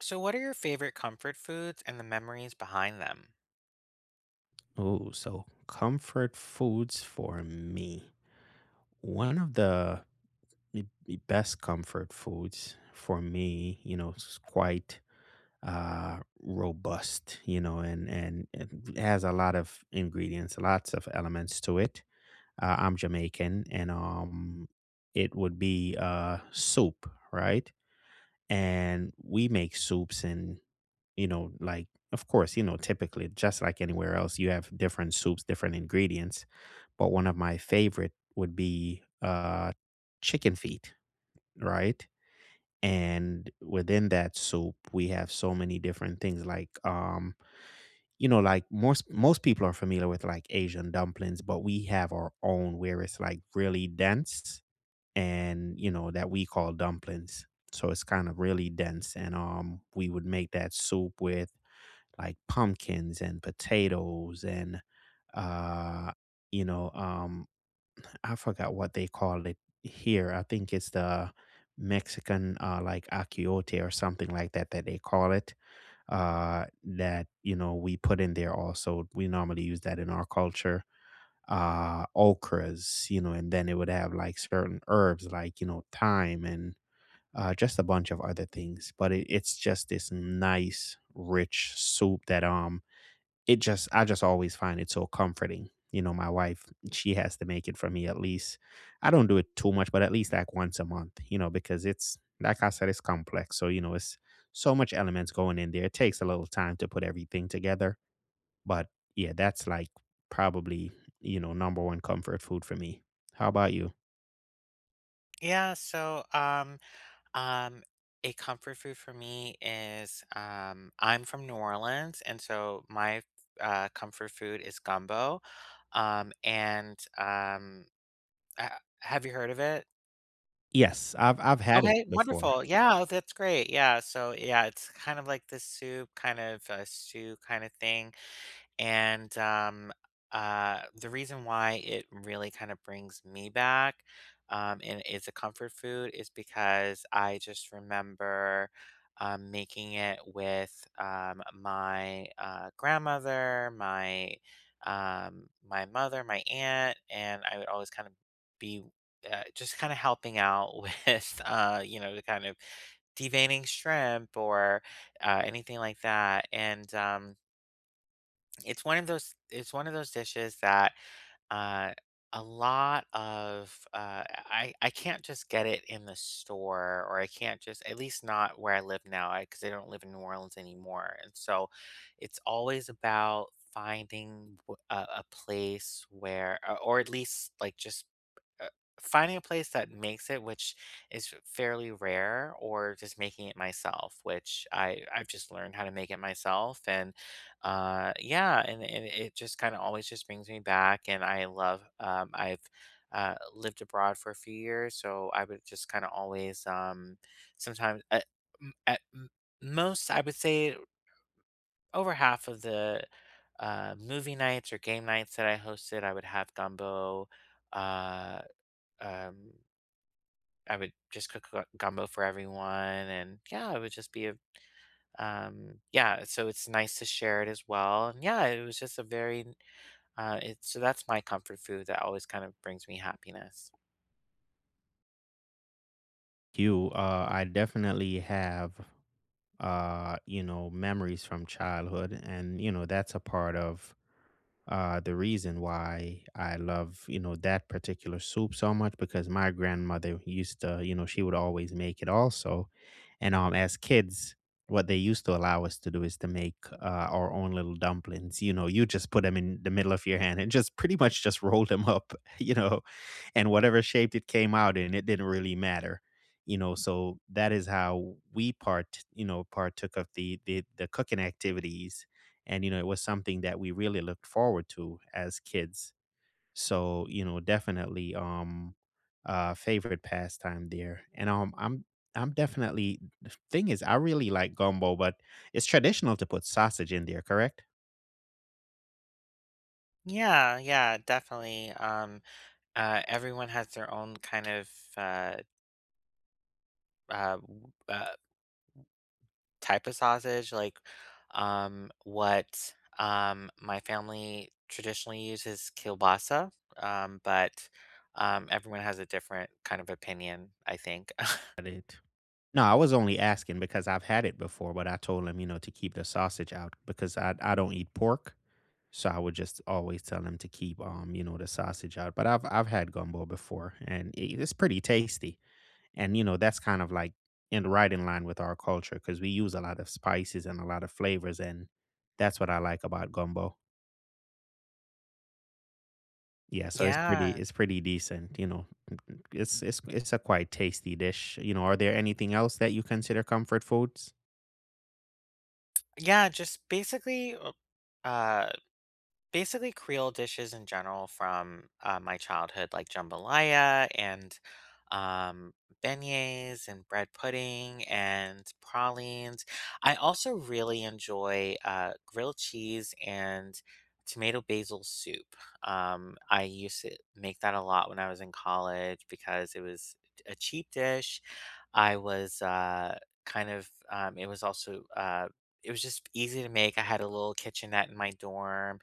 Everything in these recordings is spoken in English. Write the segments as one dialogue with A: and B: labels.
A: So, what are your favorite comfort foods and the memories behind them?
B: Oh, so comfort foods for me. One of the best comfort foods for me, you know, is quite robust, you know, and it has a lot of ingredients, lots of elements to it. I'm Jamaican, and it would be soup, right? And we make soups and you know, like of course, you know, typically just like anywhere else, you have different soups, different ingredients but one of my favorite would be chicken feet, right? And within that soup, we have so many different things like, you know, like most people are familiar with like Asian dumplings, but we have our own where it's like really dense, and you know that we call dumplings. So it's kind of really dense, and we would make that soup with like pumpkins and potatoes and uh, you know, um, I forgot what they call it here. I think it's the Mexican like achiote or something like that that they call it. That, you know, we put in there also. We normally use that in our culture. Okras, you know, and then it would have like certain herbs like, you know, thyme and just a bunch of other things. But it's just this nice rich soup that it just I just always find it so comforting. You know, my wife, she has to make it for me at least. I don't do it too much, but at least like once a month, you know, because it's like I said, it's complex. So, you know, it's so much elements going in there. It takes a little time to put everything together. But yeah, that's like probably, you know, number one comfort food for me. How about you?
A: Yeah, um a comfort food for me is I'm from New Orleans, and so my comfort food is gumbo. And uh, have you heard of it?
B: Yes, I've had it
A: Okay,
B: before.
A: wonderful. Yeah, that's great. Yeah, so yeah, it's kind of like this soup, kind of a stew kind of thing. And The reason why it really kind of brings me back, and is a comfort food, is because I just remember making it with my grandmother, my my mother, my aunt, and I would always kind of be just kind of helping out with, the kind of deveining shrimp, or anything like that. And It's one of those, it's one of those dishes that, uh, a lot of, I can't just get it in the store, or I can't, just at least not where I live now, because I 'cause I don't live in New Orleans anymore, and so it's always about finding w a place where, or at least, like, just uh, finding a place that makes it, which is fairly rare, or just making it myself, which I've just learned how to make it myself. And Yeah, and it just kind of always just brings me back, and I love, I've lived abroad for a few years, so I would just kind of always, sometimes at m- most, I would say over half of the movie nights or game nights that I hosted, I would have gumbo. Uh, um, I would just cook gu gumbo for everyone, and yeah, it would just be a, yeah, so it's nice to share it as well, and yeah, it was just a very it's so that's my comfort food that always kind of brings me happiness.
B: You, I definitely have, you know, memories from childhood, and you know that's a part of the reason why I love, you know, that particular soup so much because my grandmother used to, you know, she would always make it also. And as kids, what they used to allow us to do is to make our own little dumplings. You know, you just put them in the middle of your hand and just pretty much just roll them up, you know, and whatever shape it came out in, it didn't really matter. You know, so that is how we part, you know, partook of the cooking activities, and you know it was something that we really looked forward to as kids. So you know definitely favorite pastime there. And um, I'm definitely, the thing is I really like gumbo but it's traditional to put sausage in there, correct?
A: Yeah, yeah, definitely, everyone has their own kind of, uh, w type of sausage, like, what, my family traditionally uses kielbasa, um, but, everyone has a different kind of opinion, I think.
B: Got it. No, I was only asking because I've had it before but I told him, you know, to keep the sausage out because I don't eat pork. So I would just always tell him to keep, you know, the sausage out. But I've had gumbo before, and it's pretty tasty. And, you know, that's kind of like in the right in line with our culture because we use a lot of spices and a lot of flavors. And that's what I like about gumbo. Yeah, so it's pretty,
A: Yeah.
B: it's pretty decent, you know. It's it's a quite tasty dish. You know, are there anything else that you consider comfort foods?
A: Yeah, just basically, uh basically, Creole dishes in general from, my childhood, like jambalaya and, um, beignets and bread pudding and pralines. I also really enjoy, grilled cheese and tomato basil soup. I used to make that a lot when I was in college because it was a cheap dish. I was, it was also, it was just easy to make. I had a little kitchenette in my dorm,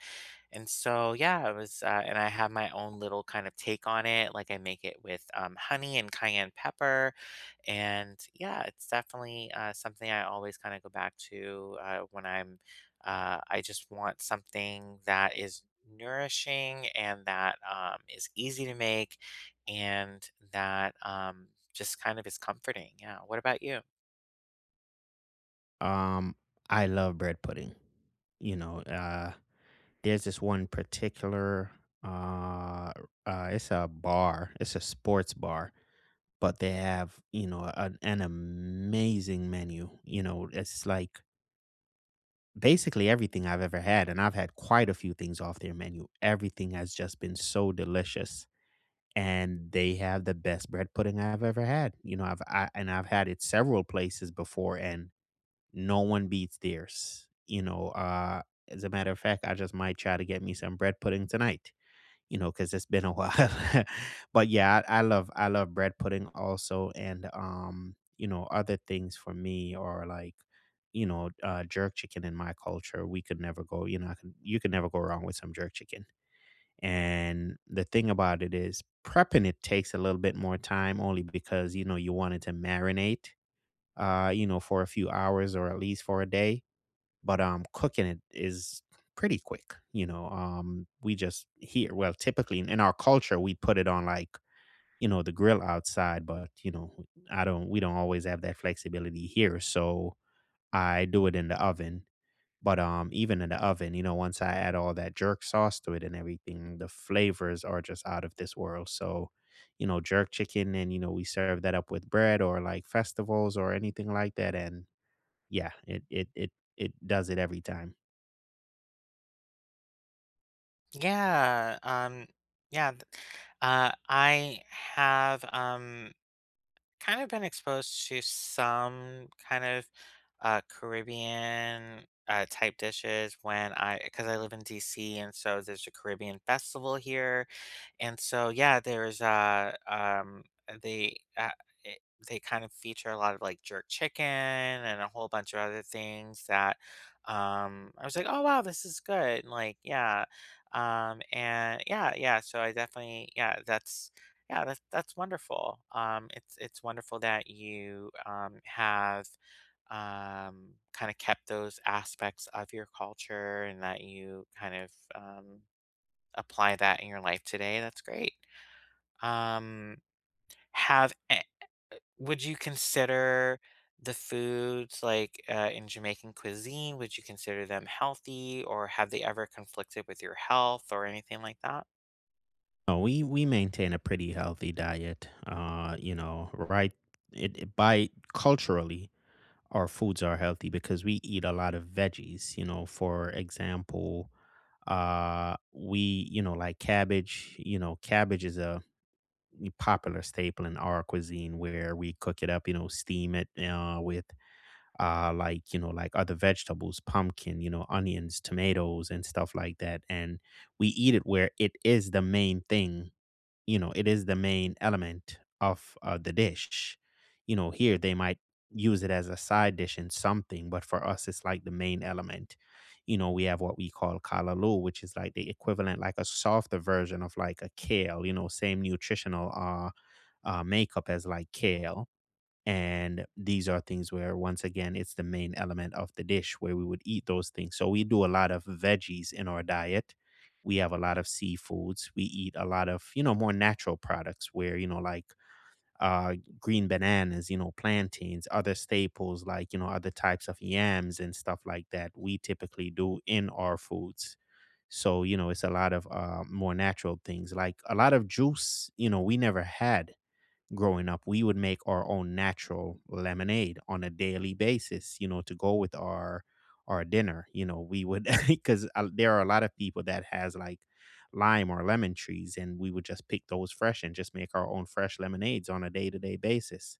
A: and so, yeah, it was, and I have my own little kind of take on it. Like I make it with honey and cayenne pepper, and yeah, it's definitely something I always kind of go back to when I'm. I just want something that is nourishing and that is easy to make, and that just kind of is comforting. Yeah. What about you?
B: Um, I love bread pudding. You know, there's this one particular uh it's a bar, it's a sports bar but they have, you know, an amazing menu. You know, it's like basically everything I've ever had. And I've had quite a few things off their menu. Everything has just been so delicious. And they have the best bread pudding I've ever had. You know, and I've had it several places before and no one beats theirs. You know, as a matter of fact, I just might try to get me some bread pudding tonight, you know, because 'cause it's been a while. But yeah, I love bread pudding also, and, you know, other things for me are like, you know, jerk chicken. In my culture, we could never go, you know, I could you could never go wrong with some jerk chicken, and the thing about it is prepping it takes a little bit more time only because, you know, you want it to marinate, you know, for a few hours or at least for a day. But cooking it is pretty quick. You know, we just here, well typically in our culture we put it on like, you know, the grill outside. But you know I don't we don't always have that flexibility here, so I do it in the oven. But even in the oven, you know, once I add all that jerk sauce to it and everything, the flavors are just out of this world. So you know jerk chicken, and you know we serve that up with bread or like festivals or anything like that. And yeah, it does it every time.
A: Yeah. Yeah. th- I have. Kind of been exposed to some kind of Caribbean type dishes when I, because I live in DC, and so there's a Caribbean festival here, and so yeah, there's they it, they kind of feature a lot of like jerk chicken and a whole bunch of other things that I was like, oh wow, this is good, and, like yeah, so I definitely yeah, that's wonderful. It's wonderful that you have kind of kept those aspects of your culture and that you kind of apply that in your life today. That's great. Um, have Would you consider the foods, like, in Jamaican cuisine, would you consider them healthy, or have they ever conflicted with your health or anything like that?
B: No, we maintain a pretty healthy diet. You know, right? By culturally, our foods are healthy because we eat a lot of veggies. You know, for example, we, you know, like cabbage. You know, cabbage is a popular staple in our cuisine where we cook it up. You know, steam it with like, you know, like other vegetables, pumpkin. You know, onions, tomatoes, and stuff like that. And we eat it where it is the main thing. You know, it is the main element of, the dish. You know, here they might use it as a side dish in something, but for us, it's like the main element. You know, we have what we call kalalu, which is like the equivalent, like a softer version of like a kale, you know, same nutritional, makeup as like kale, and these are things where, once again, it's the main element of the dish where we would eat those things. So we do a lot of veggies in our diet. We have a lot of seafoods. We eat a lot of, you know, more natural products where, you know, like green bananas, you know, plantains, other staples like, you know, other types of yams and stuff like that. We typically do in our foods. So, you know, it's a lot of more natural things like a lot of juice. You know, we never had, growing up, we would make our own natural lemonade on a daily basis, you know, to go with our dinner. You know, we would because there are a lot of people that has like lime or lemon trees, and we would just pick those fresh and just make our own fresh lemonades on a day to day basis.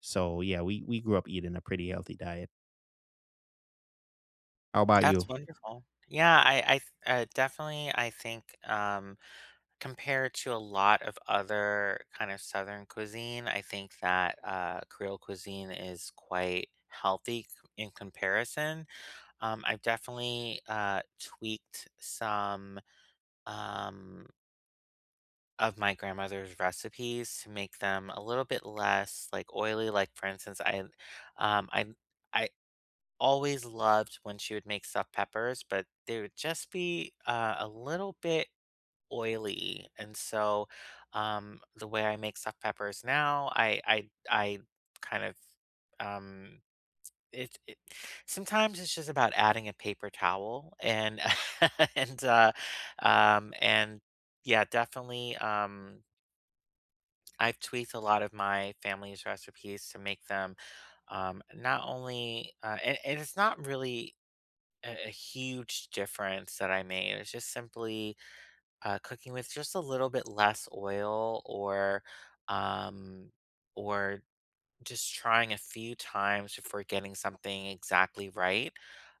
B: So yeah, we grew up eating a pretty healthy diet. How about
A: That's
B: you?
A: wonderful. Yeah, I th definitely, I think, compared to a lot of other kind of Southern cuisine, I think that Creole cuisine is quite healthy in comparison. I've definitely tweaked some um, of my grandmother's recipes to make them a little bit less like oily. Like for instance, um, I I always loved when she would make stuffed peppers, but they would just be a little bit oily. And so, the way I make stuffed peppers now, I kind of um it, it sometimes it's just about adding a paper towel, and and uh and yeah, definitely, I've tweaked a lot of my family's recipes to make them, not only and it's not really a huge difference that I made, it's just simply cooking with just a little bit less oil, or um, or just trying a few times before getting something exactly right.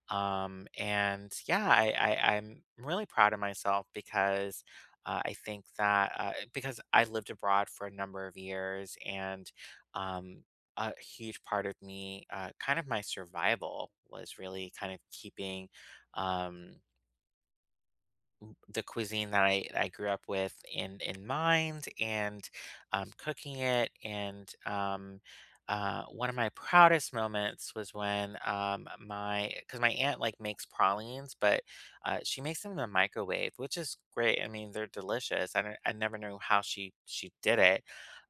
A: And yeah, I'm really proud of myself because I think that because I lived abroad for a number of years, and um, a huge part of me, kind of my survival, was really kind of keeping. Um, the cuisine that I grew up with in mind, and cooking it. And One of my proudest moments was when my because my aunt like makes pralines, but she makes them in the microwave, which is great. I mean, they're delicious. I don't, I never knew how she did it.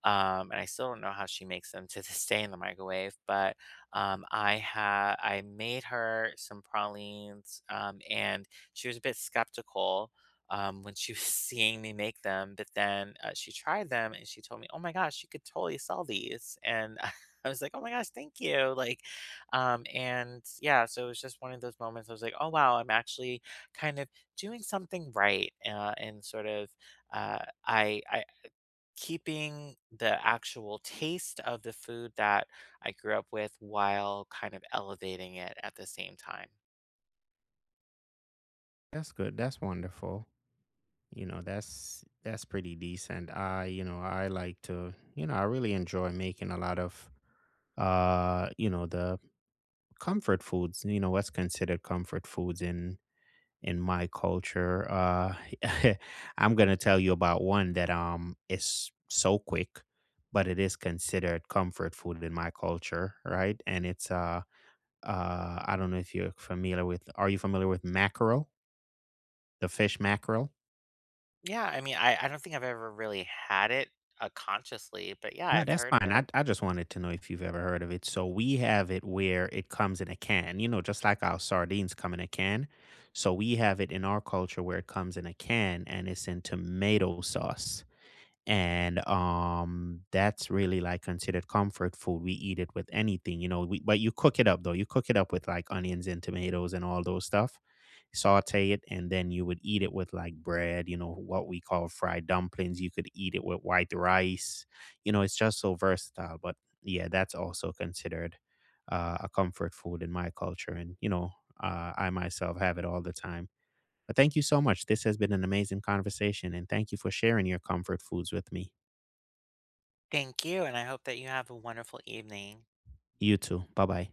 A: And I still don't know how she makes them to this day in the microwave, but I made her some pralines, and she was a bit skeptical when she was seeing me make them. But then she tried them and she told me, "Oh my gosh, you could totally sell these." And I was like, "Oh my gosh, thank you!" Like, and yeah, so it was just one of those moments. I was like, "Oh wow, I'm actually kind of doing something right," and sort of uh, I keeping the actual taste of the food that I grew up with, while kind of elevating it at the same time.
B: That's good. That's wonderful. You know, that's pretty decent. I, you know, I like to, you know, I really enjoy making a lot of you know, the comfort foods, you know, what's considered comfort foods in my culture. I'm going to tell you about one that is so quick, but it is considered comfort food in my culture, right? And it's I don't know if you're familiar with, are you familiar with mackerel? The fish mackerel?
A: Yeah, I mean, I don't think I've ever really had it, consciously, but yeah,
B: No,
A: I've
B: that's
A: heard of
B: fine.
A: it.
B: I just wanted to know if you've ever heard of it. So we have it where it comes in a can, you know, just like our sardines come in a can. So we have it in our culture where it comes in a can and it's in tomato sauce. And that's really like considered comfort food. We eat it with anything, you know, but you cook it up though. You cook it up with like onions and tomatoes and all those stuff, saute it, and then you would eat it with like bread, you know, what we call fried dumplings. You could eat it with white rice. You know, it's just so versatile. But yeah, that's also considered a comfort food in my culture. And, you know, I myself have it all the time. But thank you so much. This has been an amazing conversation. And thank you for sharing your comfort foods with me.
A: Thank you, and I hope that you have a wonderful evening.
B: You too. Bye bye.